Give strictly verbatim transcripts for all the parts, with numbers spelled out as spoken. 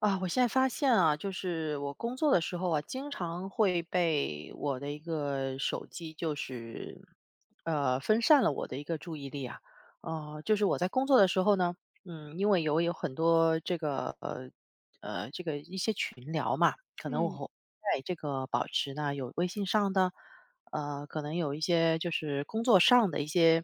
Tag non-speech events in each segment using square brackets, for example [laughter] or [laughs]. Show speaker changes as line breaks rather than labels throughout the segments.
啊，我现在发现啊，就是我工作的时候啊，经常会被我的一个手机，就是呃分散了我的一个注意力啊。呃，就是我在工作的时候呢，嗯，因为有有很多这个呃呃这个一些群聊嘛，可能我
嗯
会在这个保持呢有微信上的，呃，可能有一些就是工作上的一些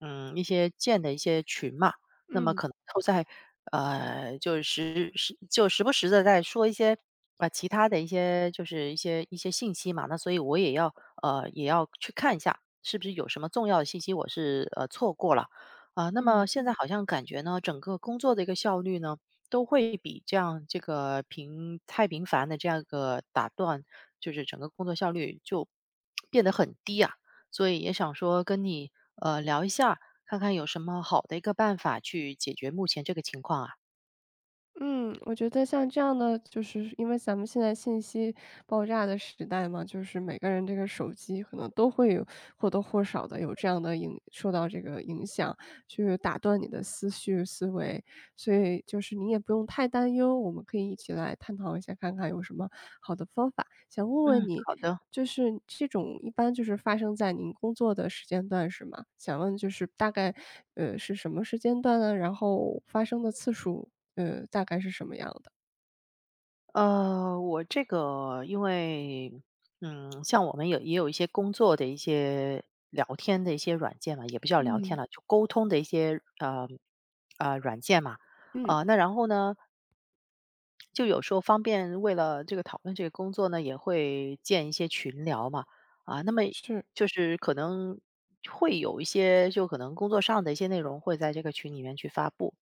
嗯一些建的一些群嘛。那么
嗯
可能都在呃，就时时就时不时的在说一些，呃，其他的一些就是一些一些信息嘛。那所以我也要呃，也要去看一下，是不是有什么重要的信息我是，呃，错过了。啊，那
嗯
么现在好像感觉呢，整个工作的一个效率呢，都会比这样这个频太频繁的这样一个打断，就是整个工作效率就变得很低啊。所以也想说跟你，呃，聊一下，看看有什么好的一个办法去解决目前这个情况啊。
嗯，我觉得像这样的，就是因为咱们现在信息爆炸的时代嘛，就是每个人这个手机可能都会有或多或少的有这样的影，受到这个影响，去打断你的思绪思维，所以就是你也不用太担忧，我们可以一起来探讨一下，看看有什么好的方法。想问
嗯，
问你，
好的，
就是这种一般就是发生在您工作的时间段是吗？想问就是大概，呃，是什么时间段呢？然后发生的次数，呃，大概是什么样的？
呃，我这个因为，嗯，像我们有也有一些工作的一些聊天的一些软件嘛，也不叫聊天
嗯。
了，就沟通的一些呃呃软件嘛，
嗯，
呃，那然后呢，就有时候方便为了这个讨论这个工作呢，也会建一些群聊嘛，啊，那么
是，
就是可能会有一些就可能工作上的一些内容会在这个群里面去发布，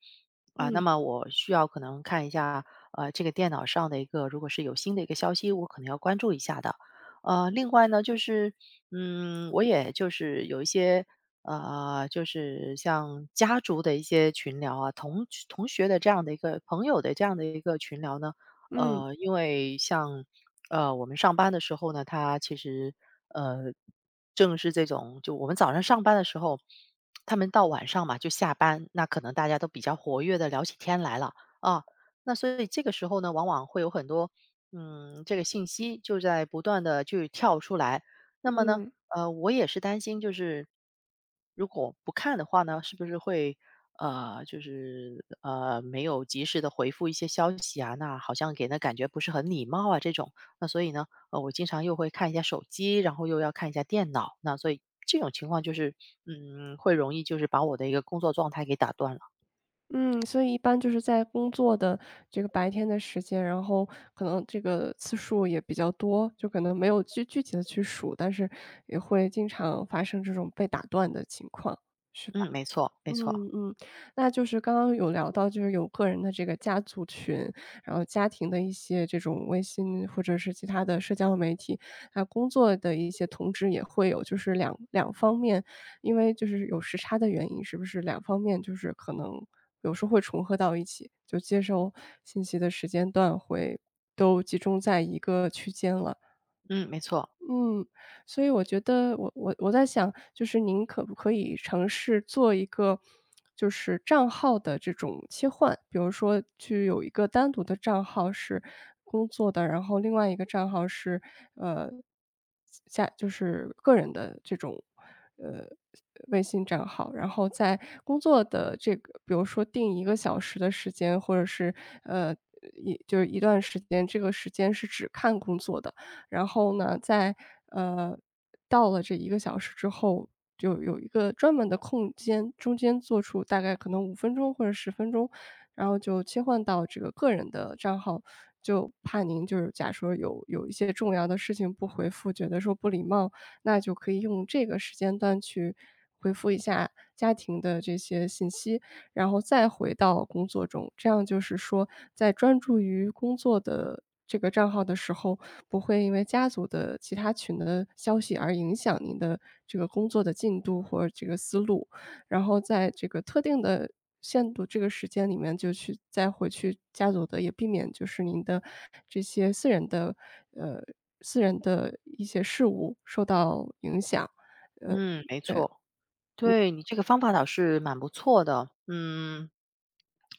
啊，那
嗯，
么我需要可能看一下，呃，这个电脑上的一个如果是有新的一个消息，我可能要关注一下的。呃，另外呢，就是，嗯，我也就是有一些呃，就是像家族的一些群聊啊，同同学的这样的一个朋友的这样的一个群聊呢，
嗯，
呃，因为像呃我们上班的时候呢，他其实呃正是这种，就我们早上上班的时候，他们到晚上嘛就下班，那可能大家都比较活跃的聊起天来了啊，那所以这个时候呢，往往会有很多嗯这个信息就在不断的去跳出来，那么呢。
嗯，
呃，我也是担心，就是如果不看的话呢，是不是会呃，就是呃，没有及时的回复一些消息啊？那好像给人的感觉不是很礼貌啊，这种。那所以呢，呃，我经常又会看一下手机，然后又要看一下电脑，那所以这种情况就是，嗯，会容易就是把我的一个工作状态给打断了。
嗯，所以一般就是在工作的这个白天的时间，然后可能这个次数也比较多，就可能没有具具体的去数，但是也会经常发生这种被打断的情况，是吧？
嗯，没错，没
嗯
错，
嗯，那就是刚刚有聊到，就是有个人的这个家族群，然后家庭的一些这种微信或者是其他的社交媒体，啊，工作的一些通知也会有，就是两两方面，因为就是有时差的原因，是不是两方面就是可能有时候会重合到一起，就接收信息的时间段会都集中在一个区间了。
嗯，没错，
嗯，所以我觉得我我我在想，就是您可不可以尝试做一个，就是账号的这种切换，比如说去有一个单独的账号是工作的，然后另外一个账号是呃下就是个人的这种呃微信账号，然后在工作的这个，比如说定一个小时的时间，或者是呃一就是一段时间，这个时间是只看工作的。然后呢，在呃，到了这一个小时之后，就有一个专门的空间，中间做出大概可能五分钟或者十分钟，然后就切换到这个个人的账号。就怕您就是假说有有一些重要的事情不回复，觉得说不礼貌，那就可以用这个时间段去回复一下家庭的这些信息。然后再回到工作中。这样就是说，在专注于工作的这个账号的时候，不会因为家族的其他群的消息而影响您的这个工作的进度或者这个思路。然后在这个特定的限度这个时间里面就去再回去家族的，也避免就是您的这些私人的呃，私人的一些事务受到影响。呃，
嗯，没错。对，你这个方法倒是蛮不错的，嗯。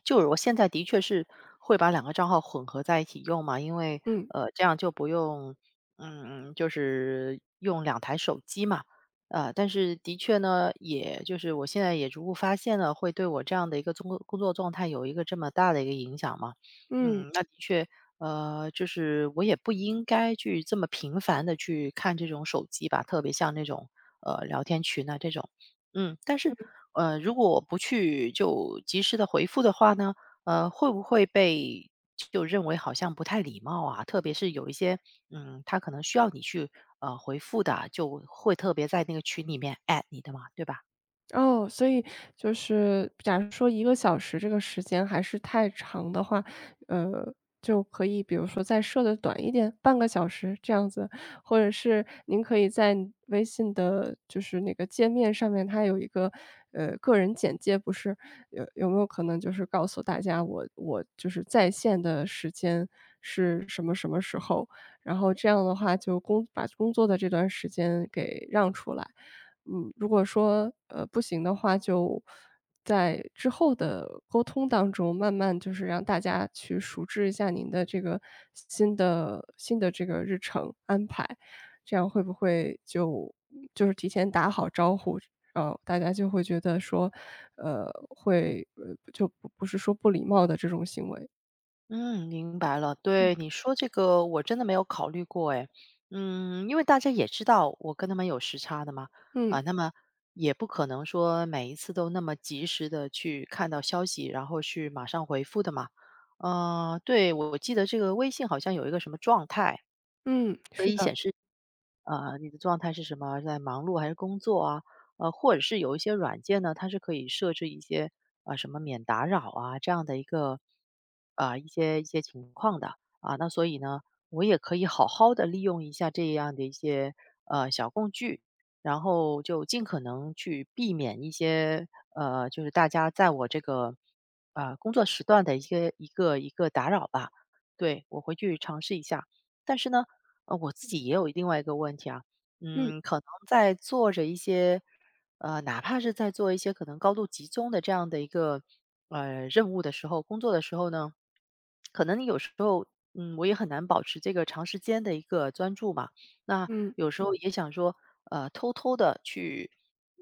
就是我现在的确是会把两个账号混合在一起用嘛，因为
嗯，
呃，这样就不用嗯，就是用两台手机嘛。呃，但是的确呢，也就是我现在也逐步发现了，会对我这样的一个工作工作状态有一个这么大的一个影响嘛。
嗯。
嗯，那的确，呃，就是我也不应该去这么频繁的去看这种手机吧，特别像那种呃聊天群啊这种。嗯，但是呃，如果我不去就及时的回复的话呢，呃，会不会被就认为好像不太礼貌啊？特别是有一些，嗯，他可能需要你去呃回复的啊就会特别在那个群里面 at 你的嘛，对吧？
哦，所以就是假如说一个小时这个时间还是太长的话，呃，就可以比如说再设的短一点，半个小时这样子。或者是您可以在微信的就是那个界面上面，它有一个，呃，个人简介不是，有有没有可能就是告诉大家我我就是在线的时间是什么什么时候，然后这样的话就工把工作的这段时间给让出来。嗯，如果说，呃，不行的话，就在之后的沟通当中，慢慢就是让大家去熟知一下您的这个新的新的这个日程安排，这样会不会就就是提前打好招呼，呃，大家就会觉得说，呃，会呃，就不不是说不礼貌的这种行为。
嗯，明白了。
嗯。
对，你说这个我真的没有考虑过诶。嗯，因为大家也知道我跟他们有时差的嘛，
嗯，
啊，那么也不可能说每一次都那么及时的去看到消息，然后去马上回复的嘛。呃，对，我记得这个微信好像有一个什么状态。
嗯，是的，
呃，你的状态是什么，在忙碌还是工作啊？呃，或者是有一些软件呢，它是可以设置一些啊什么免打扰啊这样的一个啊、一些一些情况的啊。那所以呢，我也可以好好的利用一下这样的一些呃小工具，然后就尽可能去避免一些呃就是大家在我这个啊工作时段的一些一个一个打扰吧。对，我回去尝试一下，但是呢。呃，我自己也有另外一个问题啊，
嗯，
嗯，可能在做着一些，呃，哪怕是在做一些可能高度集中的这样的一个呃任务的时候，工作的时候呢，可能你有时候，嗯，我也很难保持这个长时间的一个专注嘛。那
嗯。
有时候嗯也想说，呃，偷偷的去，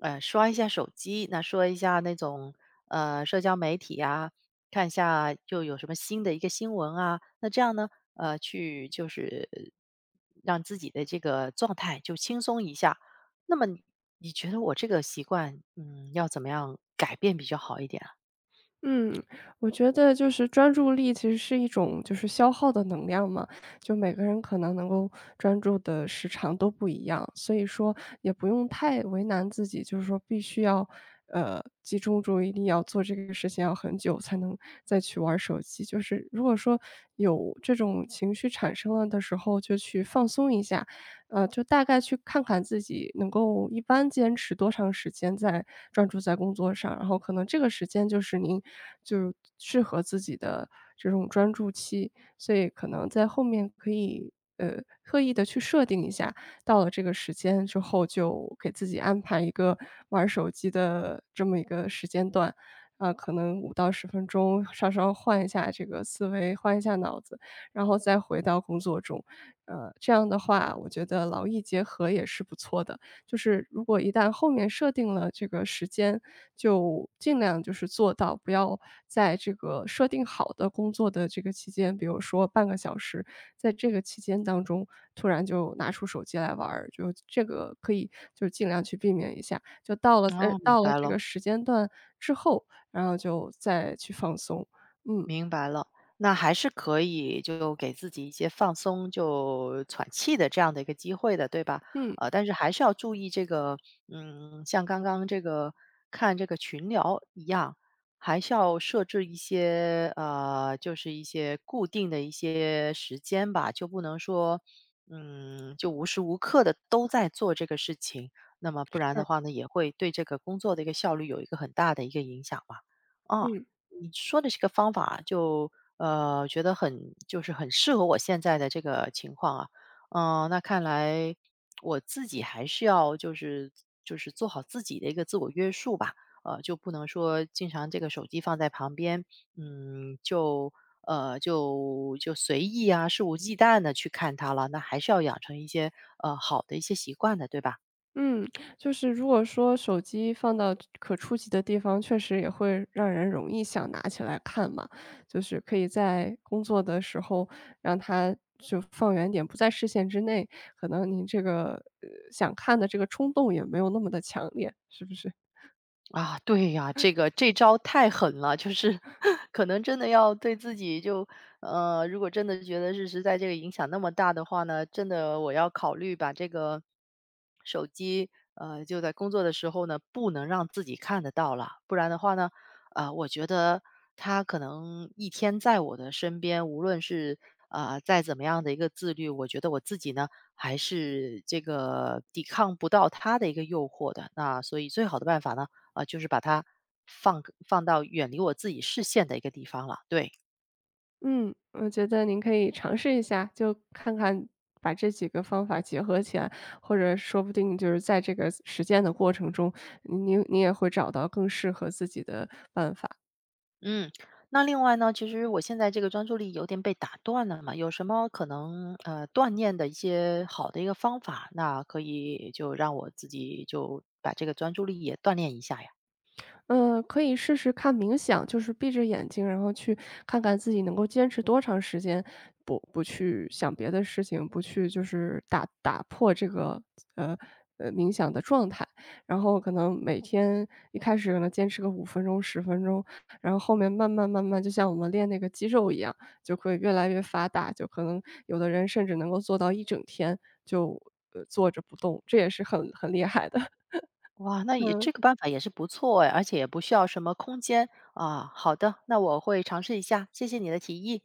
呃，刷一下手机，那说一下那种呃社交媒体呀、看一下又有什么新的一个新闻啊，那这样呢，呃，去就是让自己的这个状态就轻松一下。那么你你觉得我这个习惯，嗯，要怎么样改变比较好一点啊？
嗯，我觉得就是专注力其实是一种就是消耗的能量嘛，就每个人可能能够专注的时长都不一样，所以说也不用太为难自己，就是说必须要呃集中注意力，要做这个事情要很久才能再去玩手机。就是如果说有这种情绪产生了的时候，就去放松一下，呃，就大概去看看自己能够一般坚持多长时间在专注在工作上，然后可能这个时间就是您就是适合自己的这种专注期，所以可能在后面可以，呃，特意的去设定一下，到了这个时间之后就给自己安排一个玩手机的这么一个时间段，啊，可能五到十分钟稍稍换一下这个思维，换一下脑子，然后再回到工作中。呃，这样的话，我觉得劳逸结合也是不错的。就是如果一旦后面设定了这个时间，就尽量就是做到不要在这个设定好的工作的这个期间，比如说半个小时，在这个期间当中突然就拿出手机来玩儿，就这个可以就尽量去避免一下。就到了呃，
哦，明
到了
白
这
了。
个时间段之后，然后就再去放松。嗯，
明白了，那还是可以就给自己一些放松、就喘气的这样的一个机会的，对吧？
嗯，
呃，但是还是要注意这个，嗯，像刚刚这个看这个群聊一样，还是要设置一些呃，就是一些固定的一些时间吧，就不能说，嗯，就无时无刻的都在做这个事情，那么不然的
是，
话呢，也会对这个工作的一个效率有一个很大的一个影响嘛，啊。
嗯。
你说的这个方法就呃，觉得很就是很适合我现在的这个情况啊。嗯、那看来我自己还是要就是就是做好自己的一个自我约束吧。呃，就不能说经常这个手机放在旁边，嗯，就呃就就随意啊，肆无忌惮的去看它了。那还是要养成一些呃好的一些习惯的，对吧？
嗯，就是如果说手机放到可触及的地方，确实也会让人容易想拿起来看嘛。就是可以在工作的时候让它就放远点，不在视线之内，可能您这个，呃，想看的这个冲动也没有那么的强烈，是不是？
啊，对呀，这个这招太狠了，就是 [laughs] 可能真的要对自己就呃，如果真的觉得是实在这个影响那么大的话呢，真的我要考虑把这个手机呃就在工作的时候呢，不能让自己看得到了，不然的话呢，啊，我觉得它可能一天在我的身边，无论是啊、呃再怎么样的一个自律，我觉得我自己呢还是这个抵抗不到它的一个诱惑的。那所以最好的办法呢。啊，就是把它放个放到远离我自己视线的一个地方了。对，
嗯，我觉得您可以尝试一下，就看看把这几个方法结合起来，或者说不定就是在这个实践的过程中，您您也会找到更适合自己的办法。
嗯。那另外呢，其实我现在这个专注力有点被打断了嘛，有什么可能呃锻炼的一些好的一个方法，那可以就让我自己就把这个专注力也锻炼一下呀。
嗯，可以试试看冥想，就是闭着眼睛，然后去看看自己能够坚持多长时间，不不去想别的事情，不去就是打打破这个呃呃冥想的状态。然后可能每天一开始可能坚持个五分钟、十分钟，然后后面慢慢慢慢，就像我们练那个肌肉一样，就会越来越发达。就可能有的人甚至能够做到一整天就呃坐着不动，这也是很很厉害的。[laughs]
哇，那也这
嗯。
个办法也是不错哎，而且也不需要什么空间啊。好的，那我会尝试一下，谢谢你的提议。